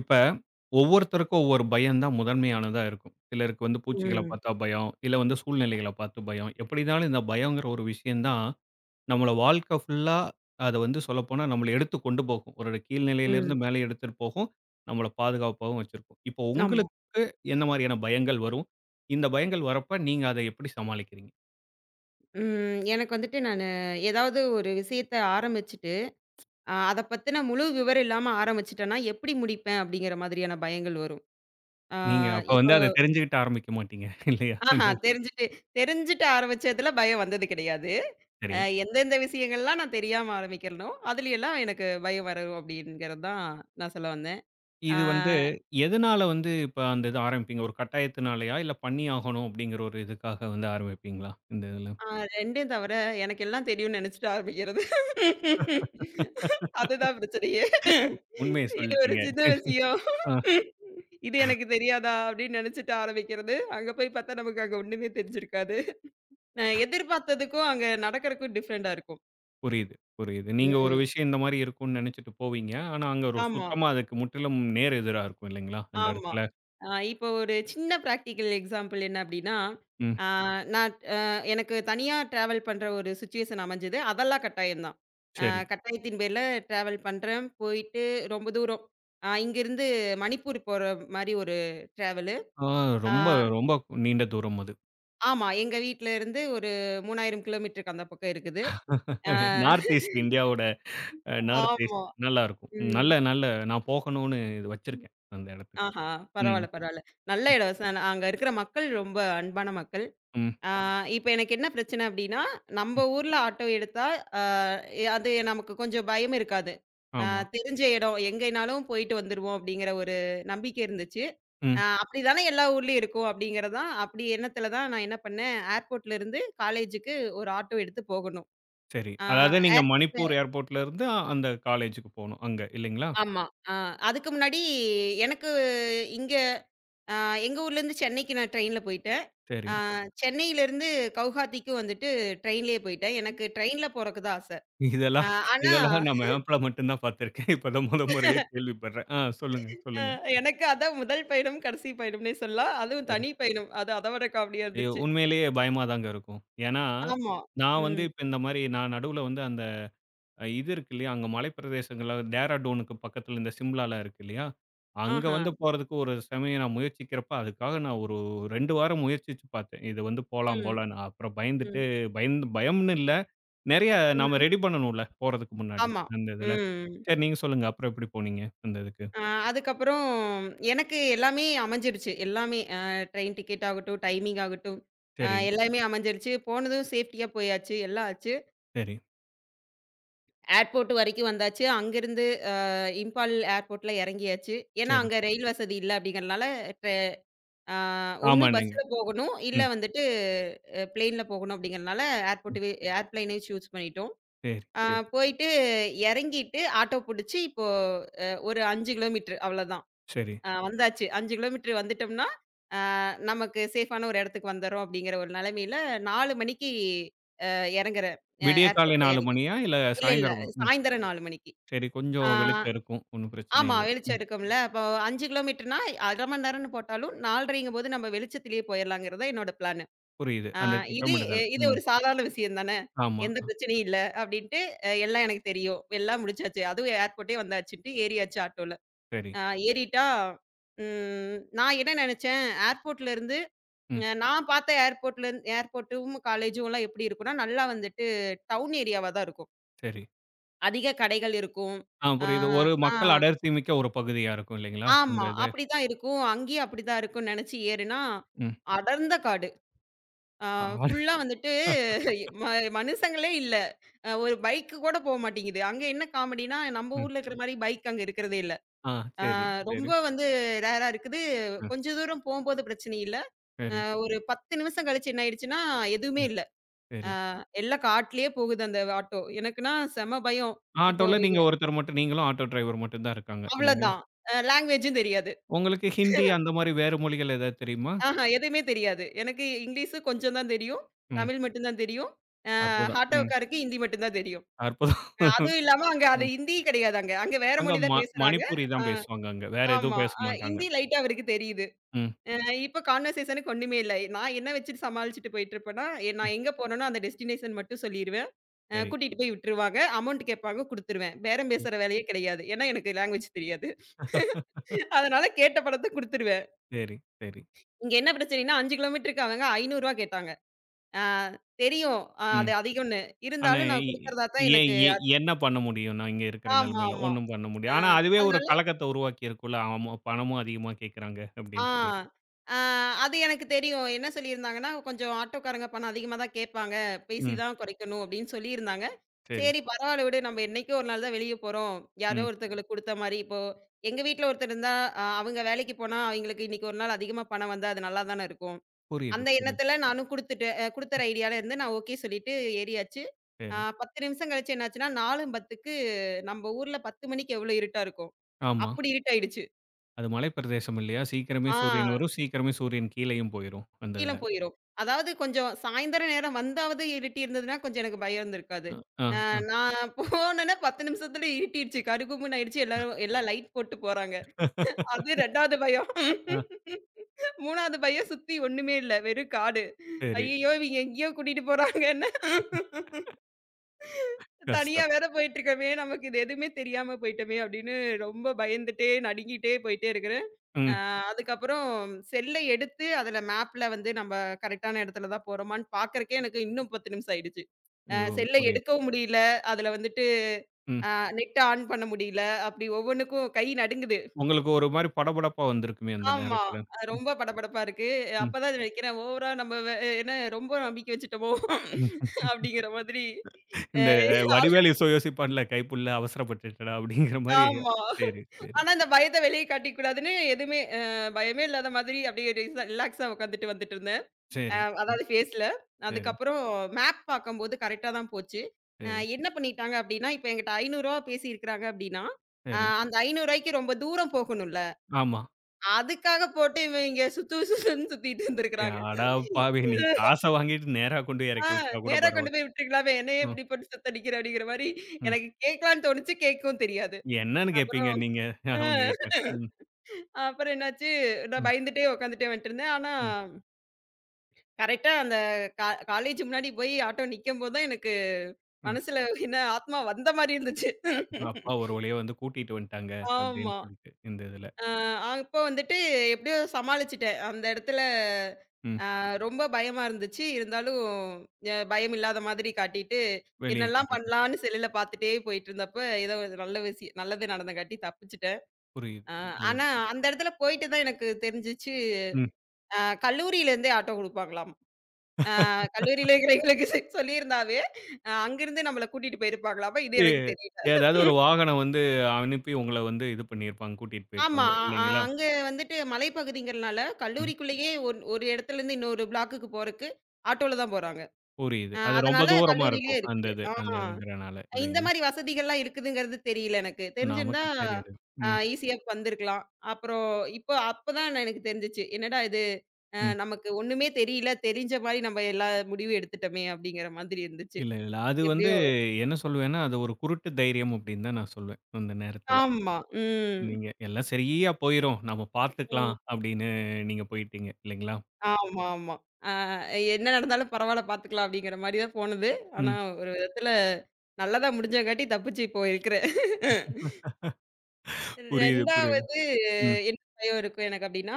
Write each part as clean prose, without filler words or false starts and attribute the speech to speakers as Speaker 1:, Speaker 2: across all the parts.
Speaker 1: இப்ப ஒவ்வொருத்தருக்கும் ஒவ்வொரு பயம் தான் முதன்மையானதா இருக்கும். சிலருக்கு வந்து பூச்சிகள
Speaker 2: ம்,
Speaker 1: பார்த்தா பயம், இல்ல வந்து சூழ்நிலைகள பார்த்து பயம். எப்படினாலும் இந்த பயம்ங்கிற ஒரு விஷயம் தான் நம்மள வாழ்க்கை ஃபுல்லா அத வந்து சொல்லப்போனா நம்மள எடுத்து கொண்டு போகும். ஒரு
Speaker 2: ம்.
Speaker 1: கீழ்நிலையிலிருந்து மேலே எடுத்துட்டு போகும். நம்மள பாதுகாப்பாவும் வச்சிருக்கும். இப்போ
Speaker 2: ஆமா.
Speaker 1: உங்களுக்கு என்ன மாரியான பயங்கள் வரும்? இந்த பயங்கள் வரப்ப நீங்க அத எப்படி சமாளிக்கிறீங்க?
Speaker 2: எனக்கு வந்துட்டு நானு ஏதாவது ஒரு விஷயத்த ஆரம்பிச்சுட்டு, அத பத்தின முழு விவரம் இல்லாம ஆரம்பிச்சுட்டேன்னா, எப்படி முடிப்பேன் அப்படிங்கிற மாதிரியான பயங்கள் வரும். ஆ
Speaker 1: நீங்க அப்ப வந்து
Speaker 2: இப்போ
Speaker 1: அத தெரிஞ்சுகிட்டு ஆரம்பிக்க மாட்டீங்க இல்லையா?
Speaker 2: ஆஹா, தெரிஞ்சுட்டு தெரிஞ்சுட்டு ஆரம்பிச்சதுல பயம் வந்தது கிடையாது.
Speaker 1: சரி.
Speaker 2: எந்தெந்த விஷயங்கள்லாம் நான் தெரியாம ஆரம்பிக்கிறேனோ, அதுலயெல்லாம் எனக்கு பயம் வரும் அப்படிங்கிறது தான் நான் சொல்ல வந்தேன். ஆ.
Speaker 1: இது வந்து எதனால வந்து இப்ப அந்த இது ஆரம்பிப்பீங்க? ஒரு கட்டாயத்தினாலயா? இல்ல பண்ணி ஆகணும் அப்படிங்கிற ஒரு இதுக்காக வந்து ஆரம்பிப்பீங்களா? இந்த இதுல?
Speaker 2: ஆ 2யும் தவிர, எனக்கு எல்லாம் தெரியும்னு நெனச்சுட்டு ஆரம்பிக்கிறது. அதுதான் பிரச்சனையே.
Speaker 1: உண்மைய
Speaker 2: இது ஒரு
Speaker 1: சொல்லிட்டீங்க.
Speaker 2: சின்ன விஷயம்.
Speaker 1: ஆ
Speaker 2: இது எனக்கு தெரியாதா அப்டின்னு நெனச்சுட்டு ஆரம்பிக்கிறது. அங்க போய் பார்த்தா நமக்கு அங்க ஒண்ணுமே தெரிஞ்சிருக்காது. நான் எதிர்பார்த்ததுக்கும், அங்க நடக்கறக்கும் டிஃப்ரெண்ட்டா இருக்கும்.
Speaker 1: புரியுது, புரியுது. நீங்க ஒரு
Speaker 2: ம்.
Speaker 1: விஷயம் இந்த மாரி இருக்கும்னு நெனச்சுட்டு போவீங்க. ஆனா அங்க ஒரு
Speaker 2: ஆமா.
Speaker 1: சுத்தமா அதுக்கு முற்றிலும் நேர் எதிரா இருக்கும் இல்லைங்களா? அந்த
Speaker 2: ஆமா.
Speaker 1: இடத்துல.
Speaker 2: இப்போ ஒரு சின்ன பிராக்டிகல் எக்ஸாம்பிள் என்ன அப்டின்னா,
Speaker 1: ம்.
Speaker 2: அ நான் அ எனக்கு தனியா டிராவல் பண்ற ஒரு சிச்சுவேஷன் அமைஞ்சது. அதெல்லாம் கட்டாயம் தான். அ
Speaker 1: சரி.
Speaker 2: கட்டாயத்தின் பேர்ல டிராவல் பண்றேன். போயிட்டு ரொம்ப தூரம். இங்கேருந்து மணிப்பூர் போற மாரி ஒரு டிராவலு.
Speaker 1: ஆ
Speaker 2: அ ஆ.
Speaker 1: ரொம்ப ரொம்ப நீண்ட தூரம் அது.
Speaker 2: ஆமா. எங்க வீட்ல இருந்து ஒரு 3000 கிலோமீட்டருக்கு அந்த பக்கம் இருக்குது. அ
Speaker 1: நார்த் ஈஸ்ட் இந்தியாவோட நார்த் ஈஸ்ட்
Speaker 2: ஆமா.
Speaker 1: நல்லாருக்கும்.
Speaker 2: ம்.
Speaker 1: நல்ல நல்ல நான் போகணும்னு இது வச்சிருக்கேன் அந்த இடத்துக்கு.
Speaker 2: ஆஹா.
Speaker 1: ம்,
Speaker 2: பரவால்ல, பரவால்ல. நல்ல இடம். அங்க இருக்கிற மக்கள் ரொம்ப அன்பான மக்கள்.
Speaker 1: ம்,
Speaker 2: ஆ, இப்ப எனக்கு என்ன பிரச்சனை அப்டின்னா, நம்ப
Speaker 1: ம்.
Speaker 2: ஊர்ல ஆட்டோ எடுத்தா, ஆ அது நமக்கு கொஞ்சம் பயம் இருக்காது. ஆ
Speaker 1: ஆமா.
Speaker 2: தெரிஞ்ச இடம், எங்கேனாலும் போயிட்டு வந்துருவோம் அப்டிங்கிற ஒரு நம்பிக்கை இருந்துச்சு.
Speaker 1: ம்.
Speaker 2: அப்டிதானே எல்லா ஊர்லயும் இருக்கும் அப்டிங்கிறது தான், எண்ணத்துல தான் நான் என்ன பண்ணேன், ஏர்போர்ட்லருந்து காலேஜுக்கு ஒரு ஆட்டோ எடுத்து போகணும்.
Speaker 1: சரி.
Speaker 2: ஆ
Speaker 1: அதாவது நீங்க
Speaker 2: ஏர்போர்ட்ல
Speaker 1: மணிப்பூர் ஏர்போர்ட்லருந்து அந்த காலேஜுக்கு போணும் அங்க இல்லைங்களா?
Speaker 2: ஆமா. ஆ அதுக்கு முன்னாடி எனக்கு இங்க ஆ எங்க ஊர்லருந்து சென்னைக்கு நான் ட்ரெயின்ல போயிட்டேன்.
Speaker 1: சரி.
Speaker 2: ஆ சென்னையிலருந்து கவுஹாத்திக்கு வந்துட்டு ட்ரெயின்லயே போயிட்டேன். எனக்கு ட்ரெயின்ல போறக்கு தான் ஆச. ஆ,
Speaker 1: இதெல்லாம்
Speaker 2: ஆனா
Speaker 1: இதெல்லாம் நான் மேப்ல மட்டும் தான் பார்த்துருக்கேன். இப்ப தான் முதல் முறையா கேள்விப்படுறேன். ஆ சொல்லுங்க,
Speaker 2: அ
Speaker 1: சொல்லுங்க.
Speaker 2: எனக்கு அதான் முதல் பயணம், கடைசி பயணம்னே சொல்லலாம். அதுவும்
Speaker 1: சரி.
Speaker 2: தனி பயணம். அது அத விட காமெடியா
Speaker 1: ஐயோ!
Speaker 2: இருந்துச்சு.
Speaker 1: உண்மையிலேயே பயமா தாங்க இருக்கும். ஏன்னா,
Speaker 2: ஆமா.
Speaker 1: நான் வந்து
Speaker 2: ம்.
Speaker 1: இப்ப இந்த மாரி நான் நடுவுல வந்து அந்த இது இருக்கு இல்லையா, அங்க மலைப்பிரதேசங்கள்ல டேராடூனுக்கு பக்கத்துல இந்த சிம்லாலாம் இருக்கு இல்லையா? அங்க
Speaker 2: ஆஹா.
Speaker 1: வந்து போறதுக்கு ஒரு சமயம் நான் முயற்சிக்கிறப்ப, அதுக்காக நான் ஒரு 2 வாரம் முயற்சிச்சு பார்த்தேன். இது வந்து போலாம்
Speaker 2: ம்.
Speaker 1: போலான்னு. அப்புறம் பயந்துட்டு
Speaker 2: ம்.
Speaker 1: பயந்து பயம்னு இல்ல. நெறைய நாம
Speaker 2: ம்.
Speaker 1: ரெடி பண்ணணும்ல போறதுக்கு முன்னாடி,
Speaker 2: ஆமா.
Speaker 1: அந்த இதுல.
Speaker 2: ம்.
Speaker 1: சரி நீங்க சொல்லுங்க. அப்புறம் எப்படி போனீங்க அந்த இதுக்கு?
Speaker 2: அ அதுக்கப்புறம் எனக்கு எல்லாமே அமைஞ்சிருச்சு. எல்லாமே அ ட்ரெயின் டிக்கெட் ஆகட்டும், டைமிங் ஆகட்டும்,
Speaker 1: சரி,
Speaker 2: எல்லாமே அமைஞ்சிருச்சு. போனதும் சேஃப்டியா போயாச்சு. எல்லாம் ஆச்சு.
Speaker 1: சரி,
Speaker 2: ஏர்போர்ட் வரைக்கும் வந்தாச்சு. அங்கருந்து அ இம்பால் ஏர்போர்ட்ல இறங்கியாச்சு. ஏன்னா,
Speaker 1: சரி.
Speaker 2: அங்க ரயில் வசதி இல்ல அப்படிங்கிறனால ஆ ஒண்ணு
Speaker 1: ஆமான்னீங்க.
Speaker 2: பஸ்ல போகணும். இல்ல
Speaker 1: ம்,
Speaker 2: வந்துட்டு பிளேன்ல போகணும் அப்படிங்கிறனால
Speaker 1: ம்.
Speaker 2: ஏர்போர்ட்டவே ஏர்பிளேனே சூஸ் பண்ணிட்டோம்.
Speaker 1: சரி,
Speaker 2: ஆ
Speaker 1: சரி,
Speaker 2: போயிட்டு இறங்கிட்டு ஆட்டோ புடிச்சு இப்போ ஒரு 5 கிலோமீட்டர் அவ்வளோதான்.
Speaker 1: சரி.
Speaker 2: வந்தாச்சு. 5 கிலோமீட்டர் வந்துட்டோம்னா, நமக்கு சேஃபான ஒரு இடத்துக்கு வந்துர்றோம் அப்படிங்கிற ஒரு நிலைமையில 4 மணிக்கு இறங்குறேன். அ
Speaker 1: விடியற்காலை
Speaker 2: ஏர்போர்ட்ல
Speaker 1: 4
Speaker 2: இறங்கி
Speaker 1: மணியா? இல்ல
Speaker 2: இல்ல, இல்ல.
Speaker 1: சாயந்தரம் ம்.
Speaker 2: சாயந்தரம் 4 மணிக்கு.
Speaker 1: சரி
Speaker 2: ஆ
Speaker 1: கொஞ்சம் வெளிச்சம் இருக்கும். ஒண்ணும் பிரச்சனை
Speaker 2: ஆமா.
Speaker 1: இல்ல.
Speaker 2: வெளிச்சம் இருக்கும்ல. அப்போ 5 கிலோமீட்டர்னா 1/2 மணி நேரம்னு போட்டாலும் 4:30ங்கும்போது நம்ம வெளிச்சத்திலேயே போயிரலாங்கிறது தான் என்னோட பிளான்.
Speaker 1: புரியுது.
Speaker 2: ஆ
Speaker 1: அந்த
Speaker 2: இது எ
Speaker 1: திட்டமிடுதல்.
Speaker 2: இது
Speaker 1: ம்.
Speaker 2: ஒரு சாதாரண விஷயம் தானே.
Speaker 1: ஆமா.
Speaker 2: எந்த பிரச்சனையும் இல்ல அப்டின்ட்டு எல்லாம் எனக்கு தெரியும். எல்லாம் முடிச்சாச்சு. அதுவும் ஏர்போர்ட்டே வந்தாச்சுன்ட்டு ஏறியாச்சு ஆட்டோல.
Speaker 1: சரி.
Speaker 2: ஆ ஏறிட்டா ம் நான் என்ன நெனச்சேன், ஏர்போர்ட்லருந்து
Speaker 1: ம்.
Speaker 2: அ நான் பார்த்த ஏர்போர்ட்லருந்து ஏர்போர்ட்டும், காலேஜும்லாம் எப்டி இருக்கும்னா, நல்லா வந்துட்டு டவுன் ஏரியாவா தான் இருக்கும்.
Speaker 1: சரி.
Speaker 2: அதிக கடைகள் இருக்கும்.
Speaker 1: ஆ
Speaker 2: ஆ,
Speaker 1: புரியுது. ஒரு
Speaker 2: ஆ,
Speaker 1: மக்கள் அடர்த்தி மிக்க ஒரு பகுதியா இருக்கும் இல்லைங்களா? இந்த
Speaker 2: ஆமா.
Speaker 1: இது.
Speaker 2: அப்டிதான் இருக்கும். அங்கேயும் அப்டிதான் இருக்கும்னு நெனச்சு ஏறுனா,
Speaker 1: ம்.
Speaker 2: அடர்ந்த காடு. ஆ
Speaker 1: ஆடு
Speaker 2: ஃபுல்லா வந்துட்டு ம மனுஷங்களே இல்ல. ஒரு பைக்கு கூட போ மாட்டேங்குது. அங்க என்ன காமெடின்னா, நம்ம
Speaker 1: ம்.
Speaker 2: ஊர்ல இருக்கிற மாரி பைக் அங்க இருக்கிறதே இல்ல.
Speaker 1: ஆ
Speaker 2: ஆ
Speaker 1: சரி,
Speaker 2: ரொம்ப
Speaker 1: சரி.
Speaker 2: வந்து ரேரா இருக்குது.
Speaker 1: ம்.
Speaker 2: கொஞ்ச தூரம் போம்போது பிரச்சனை இல்ல. அ
Speaker 1: சரி.
Speaker 2: ஒரு 10 நிமிஷம் கழிச்சு என்ன ஆயிடுச்சுன்னா, எதுவுமே
Speaker 1: ம்.
Speaker 2: இல்ல. ஆ
Speaker 1: சரி.
Speaker 2: எல்லாம் காட்டுலயே போகுது அந்த ஆட்டோ. எனக்குன்னா செம பயம். இப்போ
Speaker 1: ஆட்டோல நீங்க ஒருத்தர் மட்டும் நீங்களும் ஆட்டோ டிரைவர் மட்டும் தான் இருக்காங்க இல்லைங்களா?
Speaker 2: அவ்வளதான். லாங்குவேஜும் தெரியாது.
Speaker 1: உங்களுக்கு ஹிந்தி அந்த மாரி வேற மொழிகள் ஏதாவது தெரியுமா?
Speaker 2: ஆஹா, எதுவுமே தெரியாது. எனக்கு இங்கிலீஷு கொஞ்சம் தான் தெரியும்.
Speaker 1: ம்.
Speaker 2: தமிழ் மட்டும் தான் தெரியும். ஆ
Speaker 1: அற்புதம். ம்.
Speaker 2: ஆட்டோக்காருக்கு ஹிந்தி மட்டும் தான் தெரியும்.
Speaker 1: அற்புதம்.
Speaker 2: அதுவும் இல்லாம அங்க அது
Speaker 1: ம்.
Speaker 2: ஹிந்தி கிடையாது அங்க. அங்க வேற
Speaker 1: அங்க
Speaker 2: மொழி
Speaker 1: ம
Speaker 2: தான் பேசுறாங்க.
Speaker 1: மணிப்பூரி
Speaker 2: அ
Speaker 1: தான் பேசுவாங்க அங்க. வேற எதுவும்
Speaker 2: ஆமா.
Speaker 1: பேச மாட்டாங்க.
Speaker 2: ஹிந்தி லைட்டா அவருக்கு தெரியுது.
Speaker 1: ம்.
Speaker 2: இப்ப கான்வர்சேஷனுக்கு ஒண்ணுமே இல்ல. நான் என்ன வச்சுட்டு சமாளிச்சுட்டு போயிட்டுருப்பேன்னா,
Speaker 1: ம்.
Speaker 2: நான் எங்க போறேனோ அந்த டெஸ்டினேஷன் மட்டும் சொல்லிருவேன்.
Speaker 1: சரி.
Speaker 2: கூட்டிட்டு போய் விட்டுருவாங்க. அமவுண்ட் கேட்பாங்க குடுத்துருவேன். பேரம் பேசுற வேலையே கிடையாது. ஏன்னா எனக்கு லாங்குவேஜ் தெரியாது. அதனால கேட்ட பணத்த குடுத்துருவேன்.
Speaker 1: சரி, சரி.
Speaker 2: இங்க என்ன பிரச்சனைன்னா 5 கிலோமீட்டருக்கு அவங்க ரூ. 500 கேட்டாங்க. அ தெரியும்.
Speaker 1: ம்.
Speaker 2: அது அதிகம்னு.
Speaker 1: ஆனா,
Speaker 2: இருந்தாலும் நான் குடுக்கறதா தான்
Speaker 1: இ ஏன்
Speaker 2: எனக்கு
Speaker 1: எ என்ன பண்ண முடியும்? நான் இங்க இருக்கிற
Speaker 2: ஆமா,
Speaker 1: நிலைமையில
Speaker 2: ஆமா.
Speaker 1: ஒண்ணும் பண்ண
Speaker 2: அ
Speaker 1: முடியாது. ஆனா, அதுவே ஒரு
Speaker 2: அதனால
Speaker 1: கலக்கத்த உருவாக்கியிருக்கும்ல. ஆமா, பணமும் அதிகமா கேட்கறாங்க
Speaker 2: ஆ.
Speaker 1: அப்படின்னு சொல்லிட்டு.
Speaker 2: ஆ அது எனக்கு தெரியும். என்ன சொல்லியிருந்தாங்கன்னா, "கொஞ்சம் ஆட்டோக்காரங்க பணம் அதிகமா தான் கேட்பாங்க. பேசி
Speaker 1: ம்.
Speaker 2: தான் குறைக்கணும்." அப்படின்னு சொல்லியிருந்தாங்க.
Speaker 1: சரி.
Speaker 2: சரி, பரவால்ல, விடு. நம்ம என்னைக்கோ ஒரு நாள் தான் வெளிய போறோம். யாரோ
Speaker 1: ம்.
Speaker 2: ஒருத்தங்களுக்கு குடுத்த மாரி, இப்போ எங்க வீட்ல ஒருத்தர் இருந்தா, அவங்க வேலைக்கு போனா, அவங்களுக்கு இன்னைக்கு ஒரு நாள் அதிகமா பணம் வந்தா அது நல்லா தானே இருக்கும்.
Speaker 1: புரியுது,
Speaker 2: அந்த
Speaker 1: புரியுது.
Speaker 2: எண்ணத்துல நானும் குடுத்துட்டு, குடுக்குற ஐடியால இருந்து நான் ஓகே சொல்லிட்டு ஏறியாச்சு. ஆ
Speaker 1: சரி.
Speaker 2: 10 நிமிஷம் கழிச்சு என்னாச்சுன்னா, 4:10க்கு நம்ம ஊர்ல 10 மணிக்கு எவ்வளோ இருட்டா இருக்கும்.
Speaker 1: ஆமா.
Speaker 2: அப்படி இருட்டாயிடுச்சு.
Speaker 1: அது மலைப்பிரதேசம் இல்லையா? சீக்கிரமே
Speaker 2: ஆ.
Speaker 1: சூரியன் வரும். சீக்கிரமே சூரியன் கீழயும் போயிரும் அந்த இதுல.
Speaker 2: நீளம் போயிரும். அதாவது கொஞ்சம் சாயந்தர நேரம் வந்தாவது இருட்டி இருந்ததுன்னா, கொஞ்சம் எனக்கு பயம் இருந்திருக்காது.
Speaker 1: அ, அ,
Speaker 2: அ
Speaker 1: அ.
Speaker 2: நான் போனேன்னா 10 நிமிஷத்துல இருட்டிடுச்சு. கருகும்முன்னு ஆயிடுச்சு. எல்லாரும் எல்லாம் லைட் போட்டு போறாங்க. அது 2வது பயம்.
Speaker 1: ஆ,
Speaker 2: 3வது பயம் சுத்தி ஒண்ணுமே இல்ல. வெறும் காடு.
Speaker 1: சரி.
Speaker 2: ஐயய்யோ! இவங்க எங்கேயோ கூட்டிட்டு போறாங்கன்னு, தனியா
Speaker 1: கஷ்டம்.
Speaker 2: வேற போயிட்டுருக்கோமே! நமக்கு இது எதுவுமே தெரியாம போயிட்டோமே! அப்படின்னு ரொம்ப பயந்துட்டே, நடுங்கிட்டே போயிட்டே இருக்கிற அ
Speaker 1: ம்.
Speaker 2: அதுக்கப்புறம் செல்ல எடுத்து அதில மேப்ல வந்து நம்ம கரெக்ட்டான இடத்துல தான் போறோமான்னு பார்க்கறக்கே எனக்கு இன்னும் 10 நிமிஷம் ஆயிடுச்சு.
Speaker 1: ஐயோ!
Speaker 2: செல்ல
Speaker 1: புரியுது.
Speaker 2: எடுக்கவும் முடியல. அதில வந்துட்டு
Speaker 1: ம்.
Speaker 2: அ நெட் ஆன் பண்ண முடியல. அப்படி ஒவ்வொன்னுக்கும் கை நடுங்குது.
Speaker 1: உங்களுக்கு ஒரு மாரி படபடப்பா வந்திருக்குமே அந்த
Speaker 2: ஆமா.
Speaker 1: நேரத்துல. ம்,
Speaker 2: ரொம்ப படபடப்பா இருக்கு. அப்பதான் இது நினைக்கிறேன், ஓவரா நம்ம வே என்ன ரொம்ப நம்பிக்கை வச்சுட்டோமோ,
Speaker 1: ம்.
Speaker 2: அப்படிங்கிற மாதிரி. அ
Speaker 1: இந்த "வடிவேலு இசை யோசிப்பான்ல, கைப்புள்ள அவசரப்பட்டுட்டடா" அப்படிங்கிற மாரி.
Speaker 2: ஆமா.
Speaker 1: சரி, சரி,
Speaker 2: ஆனா இந்த பயத்த வெளிய காட்டிக்க கூடாதுன்னு, எதுவுமே பயமே இல்லாத மாதிரி அப்படியே ரிலாக்ஸா உட்காந்துட்டு வந்துட்டு இருந்தேன். அ
Speaker 1: சரி,
Speaker 2: அதாவது ஃபேஸ்ல.
Speaker 1: சரி,
Speaker 2: அதுக்கப்புறம் மேப் பார்க்கும்போது கரெக்ட்டா தான் போச்சு.
Speaker 1: சரி,
Speaker 2: என்ன பண்ணிட்டாங்க அப்டின்னா, இப்ப என்கிட்ட ரூ. 500 பேசியிருக்கிறாங்க அப்டின்னா,
Speaker 1: சரி.
Speaker 2: அந்த ரூ. 500க்கு ரொம்ப தூரம் போகணும்ல.
Speaker 1: ஆமா.
Speaker 2: அதுக்காக போட்டு இவய்ங்க சுத்து சுத்துன்னு சுத்திட்டு இருந்திருக்கிறாங்க.
Speaker 1: அட பாவி! நீ காச வாங்கிட்டு நேரா கொண்டு
Speaker 2: ஆ
Speaker 1: இறக்கி விட்டா கூட
Speaker 2: நேரா கொண்டு
Speaker 1: பரவால்ல.
Speaker 2: போய் விட்டுருக்கலாமே. என்ன, ஏன்
Speaker 1: ம்,
Speaker 2: இப்டி போட்டு சுத்தடிக்கிற அப்டிங்கிற மாரி
Speaker 1: ம்.
Speaker 2: எனக்கு கேட்கலான்னு தோணுச்சு. கேட்கவும் தெரியாது.
Speaker 1: என்னன்னு
Speaker 2: அப்புறம்
Speaker 1: கேட்பீங்க நீங்க
Speaker 2: அ
Speaker 1: அவங்ககிட்ட? ம்,
Speaker 2: அப்புறம் என்னாச்சு, நான்
Speaker 1: ம்,
Speaker 2: பயந்துட்டே உட்காந்துட்டே வந்துட்டுருந்தேன். ஆனா
Speaker 1: ம்,
Speaker 2: கரெக்ட்டா அந்த கா காலேஜ் முன்னாடி போய் ஆட்டோ நிக்கும்போது தான் எனக்கு
Speaker 1: ம்.
Speaker 2: மனசுல என்ன ஆத்மா வந்த மாரி இருந்துச்சு.
Speaker 1: அப்பா ஒரு வழியா வந்து கூட்டிட்டு வந்துட்டாங்க அப்படின்னு
Speaker 2: ஆமா.
Speaker 1: சொல்லிட்டு இந்த இதுல.
Speaker 2: அ அப்போ வந்துட்டு எப்படியோ சமாளிச்சுட்டேன். அந்த இடத்துல
Speaker 1: ம்.
Speaker 2: ரொம்ப பயமா இருந்துச்சு. இருந்தாலும் பயம் இல்லாத மாதிரி காட்டிட்டு,
Speaker 1: வெளிய
Speaker 2: என்னெல்லாம்
Speaker 1: புரியுது.
Speaker 2: பண்ணலான்னு செல்லுல பார்த்துட்டே போயிட்டுருந்தப்ப, ஏதோ ஒரு நல்ல விஷயம், நல்லது நடந்தங்காட்டி தப்பிச்சுட்டேன்.
Speaker 1: புரியுது.
Speaker 2: அ ஆனா அந்த இடத்துல போயிட்டு தான் எனக்கு தெரிஞ்சுச்சு,
Speaker 1: ம்.
Speaker 2: அ கல்லூரியிலேருந்தே ஆட்டோ குடுப்பாங்களாம். கல்லூரியில இருக்கிற எங்களுக்கு சொல்லியிருந்தாவே, அங்கிருந்து நம்மள கூட்டிட்டு போயிருப்பாங்களாமா. இது
Speaker 1: எ
Speaker 2: எனக்கு தெரியல.
Speaker 1: ஏதாவது ஒரு வாகனம் வந்து அனுப்பி உங்கள வந்து இது பண்ணியிருப்பாங்க, கூட்டிட்டு
Speaker 2: ஆமா.
Speaker 1: போயிருப்பாங்க
Speaker 2: அ அ-
Speaker 1: இல்லைங்களா?
Speaker 2: அங்க வந்துட்டு மலைப்பகுதிங்கிறனால, கல்லூரிக்குள்ளேயே ஒரு இடத்துலருந்து இன்னொரு ப்ளாக்குக்கு போறக்கு, ஆட்டோல தான் போறாங்க.
Speaker 1: புரியுது. அது ரொம்ப
Speaker 2: அதனால
Speaker 1: தூரமா
Speaker 2: கல்லூரியிலேயே
Speaker 1: இருக்கும். அந்த
Speaker 2: இருக்குது.
Speaker 1: இது, அந்த இதுங்கிறனால
Speaker 2: இந்த
Speaker 1: இல்லைங்களா?
Speaker 2: மாரி வசதிகள்லாம் இருக்குதுங்கிறது தெரியல எனக்கு. தெரிஞ்சிருந்தா
Speaker 1: நமக்கு தெரியுது. ம்,
Speaker 2: ஈஸியா வந்திருக்கலாம். அப்புறம் இப்போ அப்பதான் எனக்கு தெரிஞ்சுச்சு. என்னடா இது!
Speaker 1: ம்.
Speaker 2: நமக்கு ஒண்ணுமே தெரியல, தெரிஞ்ச மாரி நம்ம எல்லா முடிவும் எடுத்துட்டோமே! அப்படிங்கிற மாதிரி இருந்துச்சு.
Speaker 1: இல்ல, இல்ல. அது வந்து
Speaker 2: எப்படியோ
Speaker 1: என்ன சொல்லுவேன்னா, அது ஒரு குருட்டு தைரியம் அப்படின்னு தான் நான் சொல்வேன். அந்த நேரத்தில.
Speaker 2: ஆமா. ம்.
Speaker 1: நீங்க எல்லாம் சரியா போயிரும். நம்ம பார்த்துக்கலாம்
Speaker 2: ம்.
Speaker 1: அப்படின்னு நீங்க போயிட்டீங்க இல்லைங்களா?
Speaker 2: ஆமா, ஆமா. ஆ என்ன நடந்தாலும் பரவால்ல, பார்த்துக்கலாம் அப்படிங்கிற மாரி தான் போனது. ஆனா
Speaker 1: ம்.
Speaker 2: ஒரு விதத்துல நல்லதா முடிஞ்சங்காட்டி தப்பிச்சு இப்போ இருக்கிறேன்.
Speaker 1: புரியுது, புரியுது.
Speaker 2: 2வது
Speaker 1: ம்.
Speaker 2: என்ன பயம் இருக்கும் எனக்கு அப்படின்னா,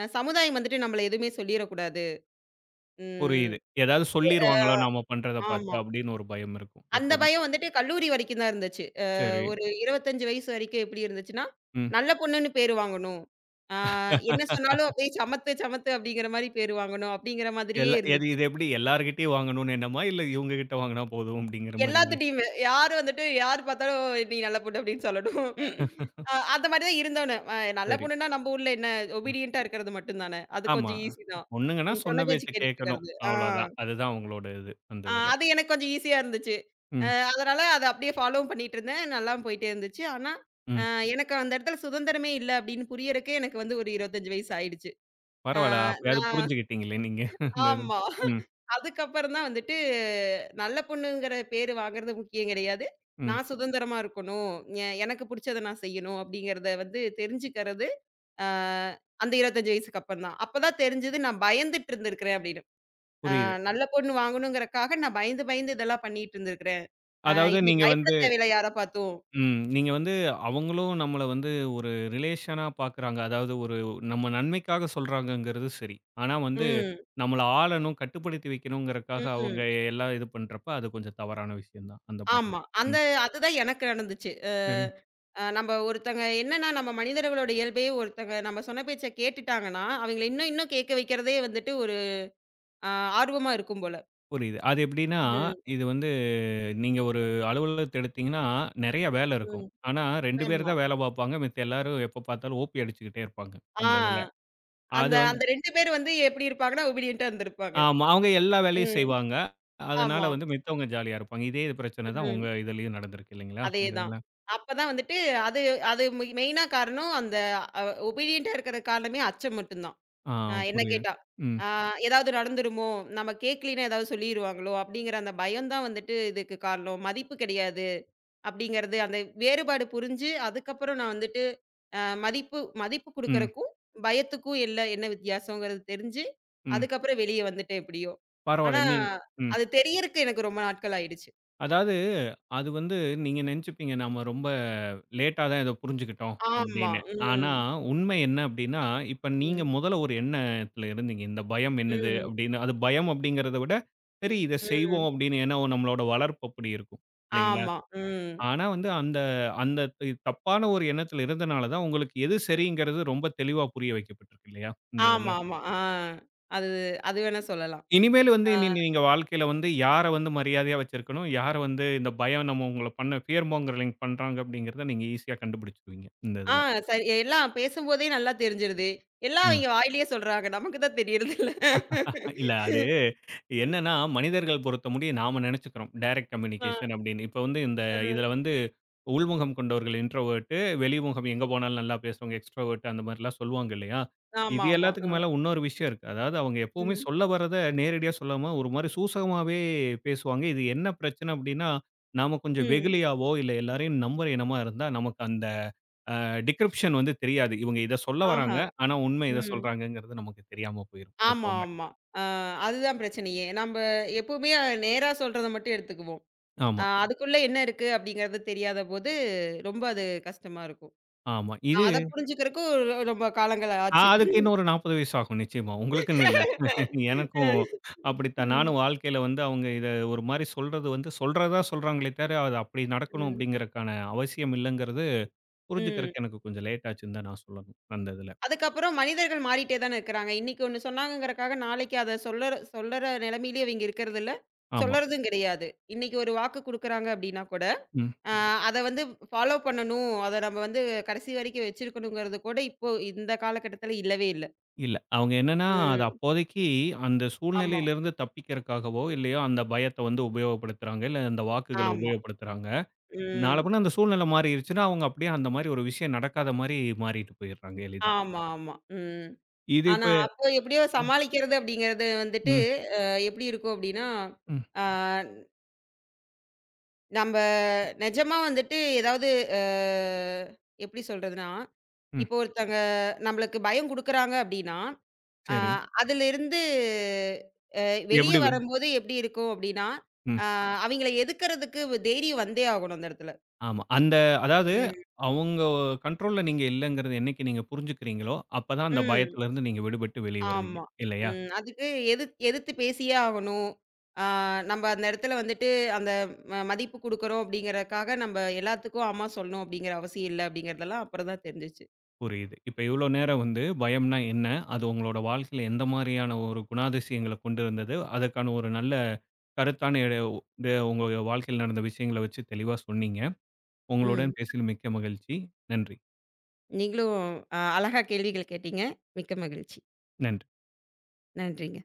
Speaker 2: சமுதாயம் வந்துட்டு நம்மள எதுவுமே சொல்லிறக்கூடாது.
Speaker 1: புரியுது.
Speaker 2: ம்.
Speaker 1: ஏதாவது சொல்லிருவாங்களோ நாம பண்றத பார்த்து
Speaker 2: ஆமா.
Speaker 1: அப்படின்னு ஒரு பயம் இருக்கும்
Speaker 2: அந்த
Speaker 1: எப்பவுமே.
Speaker 2: பயம் வந்துட்டு கல்லூரி வரைக்கும் தான் இருந்துச்சு.
Speaker 1: சரி.
Speaker 2: ஒரு 25 வயசு வரைக்கும் எப்படி இருந்துச்சுன்னா,
Speaker 1: ம்.
Speaker 2: நல்ல பொண்ணுன்னு பேரு வாங்கணும். ஆ என்ன சொன்னாலும் அப்படியே சமத்து, சமத்து அப்படிங்கிற மாரி பேரு வாங்கணும். அப்படிங்கிற மாதிரியே
Speaker 1: எல்லா எது
Speaker 2: இருந்துச்சு.
Speaker 1: இது எப்படி எல்லார்கிட்டயும் வாங்கணும்னு எண்ணமா? இல்ல இவங்க கிட்ட வாங்குனா போதும் அப்படிங்கிற மாரி இது?
Speaker 2: எல்லாத்துட்டயுமே. யாரு வந்துட்டு யாரு பார்த்தாலும் "நீ நல்ல பொண்ணு" அப்படின்னு சொல்லணும். அந்த மாரி தான் இருந்தோனு. நல்ல
Speaker 1: சரி.
Speaker 2: பொண்ணுன்னா நம்ம ஊர்ல என்ன, ஒபீடியன்ட்டா இருக்கிறது மட்டும் தானே. அது
Speaker 1: ஆமா.
Speaker 2: கொஞ்சம் ஈஸி தான்.
Speaker 1: பொண்ணுங்கன்னா
Speaker 2: ம்,
Speaker 1: சொன்ன
Speaker 2: சொன்ன பேச்சு
Speaker 1: பேச்ச
Speaker 2: கேட்டுட்டு
Speaker 1: கேட்கணும்.
Speaker 2: இருக்கிறது. ஆ,
Speaker 1: அவ்வளோதான். அதுதான் அவங்களோட இது அந்த
Speaker 2: ஆ
Speaker 1: இதுல.
Speaker 2: அது எனக்கு கொஞ்சம் ஈஸியா இருந்துச்சு.
Speaker 1: ம்,
Speaker 2: அதனால அத அப்படியே ஃபாலோவும் பண்ணிட்டு இருந்தேன். நல்லா போயிட்டே இருந்துச்சு. ஆனா, அ
Speaker 1: ம்.
Speaker 2: எனக்கு அந்த இடத்துல சுதந்திரமே இல்ல அப்படின்னு புரியறக்கே எனக்கு வந்து ஒரு 25 வயசு ஆயிடுச்சு. அ
Speaker 1: பரவால்ல. அப்பயாவது
Speaker 2: நான்
Speaker 1: புரிஞ்சுகிட்டீங்களே நீங்க. இந்த இதுல.
Speaker 2: ஆமா.
Speaker 1: ம்,
Speaker 2: அதுக்கப்புறம் தான் வந்துட்டு, நல்ல பொண்ணுங்கிற பேரு வாங்குறது முக்கியம் கிடையாது.
Speaker 1: ம்.
Speaker 2: நான் சுதந்திரமா இருக்கணும். எனக்கு புடிச்சத நான் செய்யணும் அப்படிங்கிறத வந்து தெரிஞ்சுக்கிறது, அ அந்த 25 வயசுக்கு அப்புறம் தான். அப்ப தான் தெரிஞ்சது நான் பயந்துட்டு இருந்திருக்கிறேன் அப்படின்னு. அ
Speaker 1: புரியுது.
Speaker 2: நல்ல பொண்ணு வாங்கணுங்கிறக்காக நான் பயந்து, பயந்து இதெல்லாம் பண்ணிட்டு இருந்திருக்கிறேன்.
Speaker 1: அதாவது
Speaker 2: இப்படி
Speaker 1: நீங்க
Speaker 2: பயப்பட
Speaker 1: வந்து
Speaker 2: தேவையில்ல யார பார்த்தும்.
Speaker 1: ம். நீங்க வந்து அவங்களும் நம்மள வந்து ஒரு ரிலேஷனா பார்க்குறாங்க. அதாவது ஒரு நம்ம நன்மைக்காக சொல்றாங்கங்கிறது சரி. ஆனா வந்து
Speaker 2: ம்,
Speaker 1: நம்மள ஆளணும், கட்டுப்படுத்தி வைக்கணுங்கிறதுக்காக
Speaker 2: ம்.
Speaker 1: அவங்க எல்லாம் இது பண்றப்ப, அது கொஞ்சம் தவறான விஷயம் தான். அந்த மாரி.
Speaker 2: ஆமா.
Speaker 1: ம்.
Speaker 2: அதுதான் எனக்கு நடந்துச்சு.
Speaker 1: சரி.
Speaker 2: நம்ப ஒருத்தங்க என்னன்னா, நம்ம மனிதர்களோட இயல்பே, ஒருத்தங்க நம்ம சொன்ன பேச்ச கேட்டுட்டாங்கன்னா, அவங்கள இன்னும் இன்னும் கேட்க வைக்கிறதே வந்துட்டு ஒரு அ ஆர்வமா இருக்கும் போல.
Speaker 1: புரியுது. அது எப்படின்னா,
Speaker 2: ம்,
Speaker 1: இது வந்து நீங்க ஒரு அலுவலகத்த எடுத்தீங்கன்னா, நெறைய வேலை இருக்கும்.
Speaker 2: ம்.
Speaker 1: ஆனா 2 பேர்
Speaker 2: ஆமா.
Speaker 1: தான் வேலை பார்ப்பாங்க. மித்த எல்லாரும் எப்ப பார்த்தாலும் ஓபி அடிச்சுக்கிட்டே இருப்பாங்க,
Speaker 2: ஆ
Speaker 1: அந்த இதுல. அது
Speaker 2: அந்த
Speaker 1: வந்து
Speaker 2: அந்த 2 பேர் வந்து எப்படி இருப்பாங்கன்னா, ஒபீடியன்ட்டா இருந்திருப்பாங்க.
Speaker 1: ஆமா. அவங்க எல்லா வேலையும்
Speaker 2: ம்.
Speaker 1: செய்வாங்க.
Speaker 2: ஆமா.
Speaker 1: அதனால வந்து மித்தவங்க ஜாலியா இருப்பாங்க. இதே இது பிரச்சனை தான் உங்க
Speaker 2: ம்.
Speaker 1: இதுலயும் நடந்திருக்கு இல்லைங்களா? இந்த
Speaker 2: அதேதான்.
Speaker 1: இதுல.
Speaker 2: அப்பதான் வந்துட்டு அது அது மெயினா காரணம் அந்த அ ஒபீடியன்ட்டா இருக்கிற காரணமே அச்சம் மட்டும் தான்.
Speaker 1: ஆ
Speaker 2: என்ன
Speaker 1: புரியுது.
Speaker 2: கேட்டா,
Speaker 1: ம்,
Speaker 2: ஆ ஏதாவது நடந்துருமோ? நம்ம கேட்கலின்னா ஏதாவது சொல்லிருவாங்களோ? அப்படிங்கிற அந்த பயம் தான் வந்துட்டு இதுக்கு காரணம். மதிப்பு கிடையாது. அப்படிங்கிறது அந்த வேறுபாடு புரிஞ்சு, அதுக்கப்புறம் நான் வந்துட்டு அ மதிப்பு மதிப்பு
Speaker 1: ம்,
Speaker 2: குடுக்கறக்கும், பயத்துக்கும் இல்ல என்ன வித்தியாசங்கிறது தெரிஞ்சு,
Speaker 1: ம்.
Speaker 2: அதுக்கப்புறம் வெளிய வந்துட்டேன் எப்படியோ. ஆனா,
Speaker 1: பரவால்ல. நீ ம்.
Speaker 2: அது தெரியறக்கு எனக்கு ரொம்ப நாட்கள் ஆயிடுச்சு.
Speaker 1: அதாவது அது வந்து நீங்க நெனச்சுப்பீங்க, நம்ம ரொம்ப லேட்டா தான் இத புரிஞ்சுக்கிட்டோம்
Speaker 2: ஆமா.
Speaker 1: அப்படின்னு. ஆனா,
Speaker 2: ம்.
Speaker 1: உண்மை என்ன அப்படின்னா, இப்ப நீங்க
Speaker 2: ம்.
Speaker 1: முதல்ல ஒரு எண்ணத்துல இருந்தீங்க. இந்த பயம் என்னது
Speaker 2: ம்.
Speaker 1: அப்படின்னு. அது பயம் அப்படிங்கிறத விட, சரி இத செய்வோம்
Speaker 2: ம்.
Speaker 1: அப்படின்னு. ஏன்னா நம்மளோட வளர்ப்பு அப்படி இருக்கும். இல்லைங்களா?
Speaker 2: ஆமா. ம்.
Speaker 1: ஆனா வந்து அந்த அந்த தி தப்பான ஒரு எண்ணத்துல இருந்தனால தான், உங்களுக்கு எது சரிங்கிறது ரொம்ப தெளிவா புரிய வைக்கப்பட்டிருக்கு இல்லையா? இந்த இதுல.
Speaker 2: ஆமாமா. அது, அது வேணா சொல்லலாம்.
Speaker 1: இனிமேல் வந்து
Speaker 2: ஆ.
Speaker 1: இனி நீங்க வாழ்க்கையில வந்து யார வந்து மரியாதையா வச்சிருக்கணும், யார வந்து இந்த பயம் நம்ம உங்கள பண்ண ஃபியர் மாங்கரிங் பண்றாங்க அப்படிங்கிறத நீங்க ஈஸியா கண்டுபிடிச்சுருவீங்க இந்த
Speaker 2: ஆ
Speaker 1: இதுல.
Speaker 2: சரி, எல்லாம் பேசும்போதே நல்லா தெரிஞ்சுருது. எல்லாம்
Speaker 1: ம்.
Speaker 2: அவிங்க வாயிலேயே சொல்றாங்க. நமக்கு தான் தெரியறதில்ல.
Speaker 1: இல்ல அது என்னன்னா, மனிதர்கள் பொறுத்தமுடிய நாம நெனச்சுக்கிறோம். டைரக்ட்
Speaker 2: ஆ,
Speaker 1: கம்யூனிகேஷன் அப்படின்னு. இப்ப வந்து இந்த இதுல
Speaker 2: ஆ.
Speaker 1: வந்து உள்முகம் கொண்டவர்கள் இன்ட்ரோவெர்ட்டு, வெளிமுகம் எங்க போனாலும் நல்லா பேசுறவங்க எக்ஸ்ட்ரோவெர்ட் அந்த மாரிலாம் சொல்லுவாங்க இல்லையா?
Speaker 2: ஆமா,
Speaker 1: இது
Speaker 2: ஆமா. ஆ.
Speaker 1: எல்லாத்துக்கும் மேல இன்னொரு விஷயம் இருக்கு. அதாவது அவங்க எப்பவுமே
Speaker 2: ம்,
Speaker 1: சொல்ல வர்றத நேரடியா சொல்லாம ஒரு மாரி சூசகமாவே பேசுவாங்க. இது என்ன பிரச்சனை அப்டின்னா, நாம கொஞ்சம்
Speaker 2: ம்.
Speaker 1: வெகுளியாவோ, இல்ல எல்லாரையும் நம்புற இனமா இருந்தா நமக்கு அந்த டிக்ரிப்ஷன் வந்து தெரியாது. இவங்க இத சொல்ல வராங்க.
Speaker 2: ஆஹா.
Speaker 1: ஆனா உண்மை இத
Speaker 2: ம்.
Speaker 1: சொல்றாங்கங்கிறது நமக்கு தெரியாம போயிரும்
Speaker 2: ஆமா,
Speaker 1: எப்பவுமே.
Speaker 2: ஆமா. ஆ அதுதான் பிரச்சனையே. நம்ப எப்பவுமே நேரா சொல்றத மட்டும் எடுத்துக்குவோம்.
Speaker 1: ஆமா,
Speaker 2: அதுக்குள்ள என்ன இருக்கு அப்டிங்கிறது தெரியாத போது, ரொம்ப அது கஷ்டமா இருக்கும்.
Speaker 1: ஆமா. இது
Speaker 2: அத புரிஞ்சுக்கிறக்கும் ரொம்ப காலங்கள் ஆச்சு.
Speaker 1: அதுக்கு இன்னும் ஒரு 40 வயசு ஆகும் நிச்சயமா. உங்களுக்குன்னு இல்ல. எனக்கும்
Speaker 2: ம்,
Speaker 1: அப்படித்தான்.
Speaker 2: ம்,
Speaker 1: நானும் வாழ்க்கையில வந்து அவங்க இத ஒரு மாரி சொல்றது வந்து சொல்றதா சொல்றாங்களே தவிர, அது அப்படி நடக்கணும்
Speaker 2: ம்.
Speaker 1: அப்படிங்கிறதுக்கான அவசியம் இல்லங்கிறது
Speaker 2: ம்.
Speaker 1: புரிஞ்சுக்கிறதுக்கு எனக்கு கொஞ்சம் லேட் ஆச்சுன்னு தான் நான் சொல்லணும். அந்த இதுல.
Speaker 2: அதுக்கப்புறம் மனிதர்கள் மாறிட்டே தானே இருக்கிறாங்க. இன்னைக்கு ஒண்ணு சொன்னாங்கங்கறக்காக, நாளைக்கு அத சொல்லற சொல்லற நிலைமையிலயே இவங்க இருக்கிறதில்ல.
Speaker 1: ஆமா.
Speaker 2: சொல்லறதும் கிடையாது. இன்னைக்கு ஒரு வாக்கு குடுக்குறாங்க அப்டின்னா கூட,
Speaker 1: ம்.
Speaker 2: அ ம். அத வந்து ஃபாலோ பண்ணணும். அத நம்ம வந்து கடைசி வரைக்கும் வச்சிருக்கணுங்கிறது கூட, இப்போ இந்த காலகட்டத்துல இல்லவே இல்ல.
Speaker 1: இல்ல. அவங்க என்னன்னா, அது
Speaker 2: ம்.
Speaker 1: அப்போதைக்கு அந்த
Speaker 2: ஆமா,
Speaker 1: சூழ்நிலையிலிருந்து தப்பிக்கிறதுக்காகவோ, இல்லையோ அந்த பயத்த வந்து உபயோகப்படுத்துறாங்க. இல்ல அந்த வாக்குகள
Speaker 2: ஆமா.
Speaker 1: உபயோகப்படுத்துறாங்க.
Speaker 2: ம்.
Speaker 1: நாளப்பின்ன அந்த சூழ்நிலை மாறிருச்சுன்னா, அவங்க அப்படியே அந்த மாரி ஒரு விஷயம் நடக்காத மாரி மாறிட்டு போயிடுறாங்க எளிதா.
Speaker 2: ஆமா, ஆமா. ம்.
Speaker 1: இது
Speaker 2: ஆனா,
Speaker 1: இப்ப
Speaker 2: அப்போ எப்படியோ சமாளிக்கிறது அப்படிங்கிறது
Speaker 1: ம்,
Speaker 2: வந்துட்டு,
Speaker 1: ம்,
Speaker 2: அ எப்படி இருக்கும் அப்படின்னா, ஆ நம்ப நெஜமா வந்துட்டு ஏதாவது அ எப்படி சொல்றதுன்னா,
Speaker 1: ம்.
Speaker 2: இப்போ ஒருத்தங்க நம்மளுக்கு பயம் குடுக்குறாங்க அப்படின்னா, அ
Speaker 1: சரி.
Speaker 2: அதிலிருந்து அ வெளிய
Speaker 1: எப்படி வே
Speaker 2: வரும்போது எப்படி இருக்கும் அப்படின்னா, அ அவிங்கள எதுக்குறதுக்கு தைரியம் வந்தே ஆகணும் அந்த இடத்துல.
Speaker 1: ஆமா. அந்த அதாவது
Speaker 2: ம்,
Speaker 1: அவங்க கண்ட்ரோல்ல நீங்க இல்லங்கிறது என்னைக்கு நீங்க புரிஞ்சுக்கிறீங்களோ, அப்பதான் அந்த
Speaker 2: ம்.
Speaker 1: பயத்திலருந்து நீங்க விடுபட்டு வெளிய வருவீங்க.
Speaker 2: ஆமா.
Speaker 1: இல்லையா?
Speaker 2: ம். அதுக்கு எதிர்த்து பேசியே ஆகணும். அ நம்ப அந்த இடத்துல வந்துட்டு அந்த மதிப்பு குடுக்குறோம் அப்படிங்கிறதுக்காக நம்ப எல்லாத்துக்கும் ஆமா சொல்லணும் அப்படிங்கிற அவசியம் இல்ல அப்படிங்கிறதெல்லாம் அப்புறம் தான் தெரிஞ்சுச்சு.
Speaker 1: புரியுது. இப்ப இவ்ளோ நேரம் வந்து பயம்னா என்ன? அது உங்களோட வாழ்க்கையில எந்த மாரியான ஒரு குணாதிசயங்கள கொண்டு வந்தது? அதற்கான ஒரு நல்ல கருத்தான இது உங்க வாழ்க்கையில நடந்த விஷயங்கள வச்சு தெளிவா சொன்னீங்க.
Speaker 2: ம்.
Speaker 1: உங்களுடன் பேசியதில் மிக்க மகிழ்ச்சி. நன்றி.
Speaker 2: நீங்களும் அழகா கேள்விகள் கேட்டீங்க. மிக்க மகிழ்ச்சி.
Speaker 1: நன்றி.
Speaker 2: நன்றிங்க.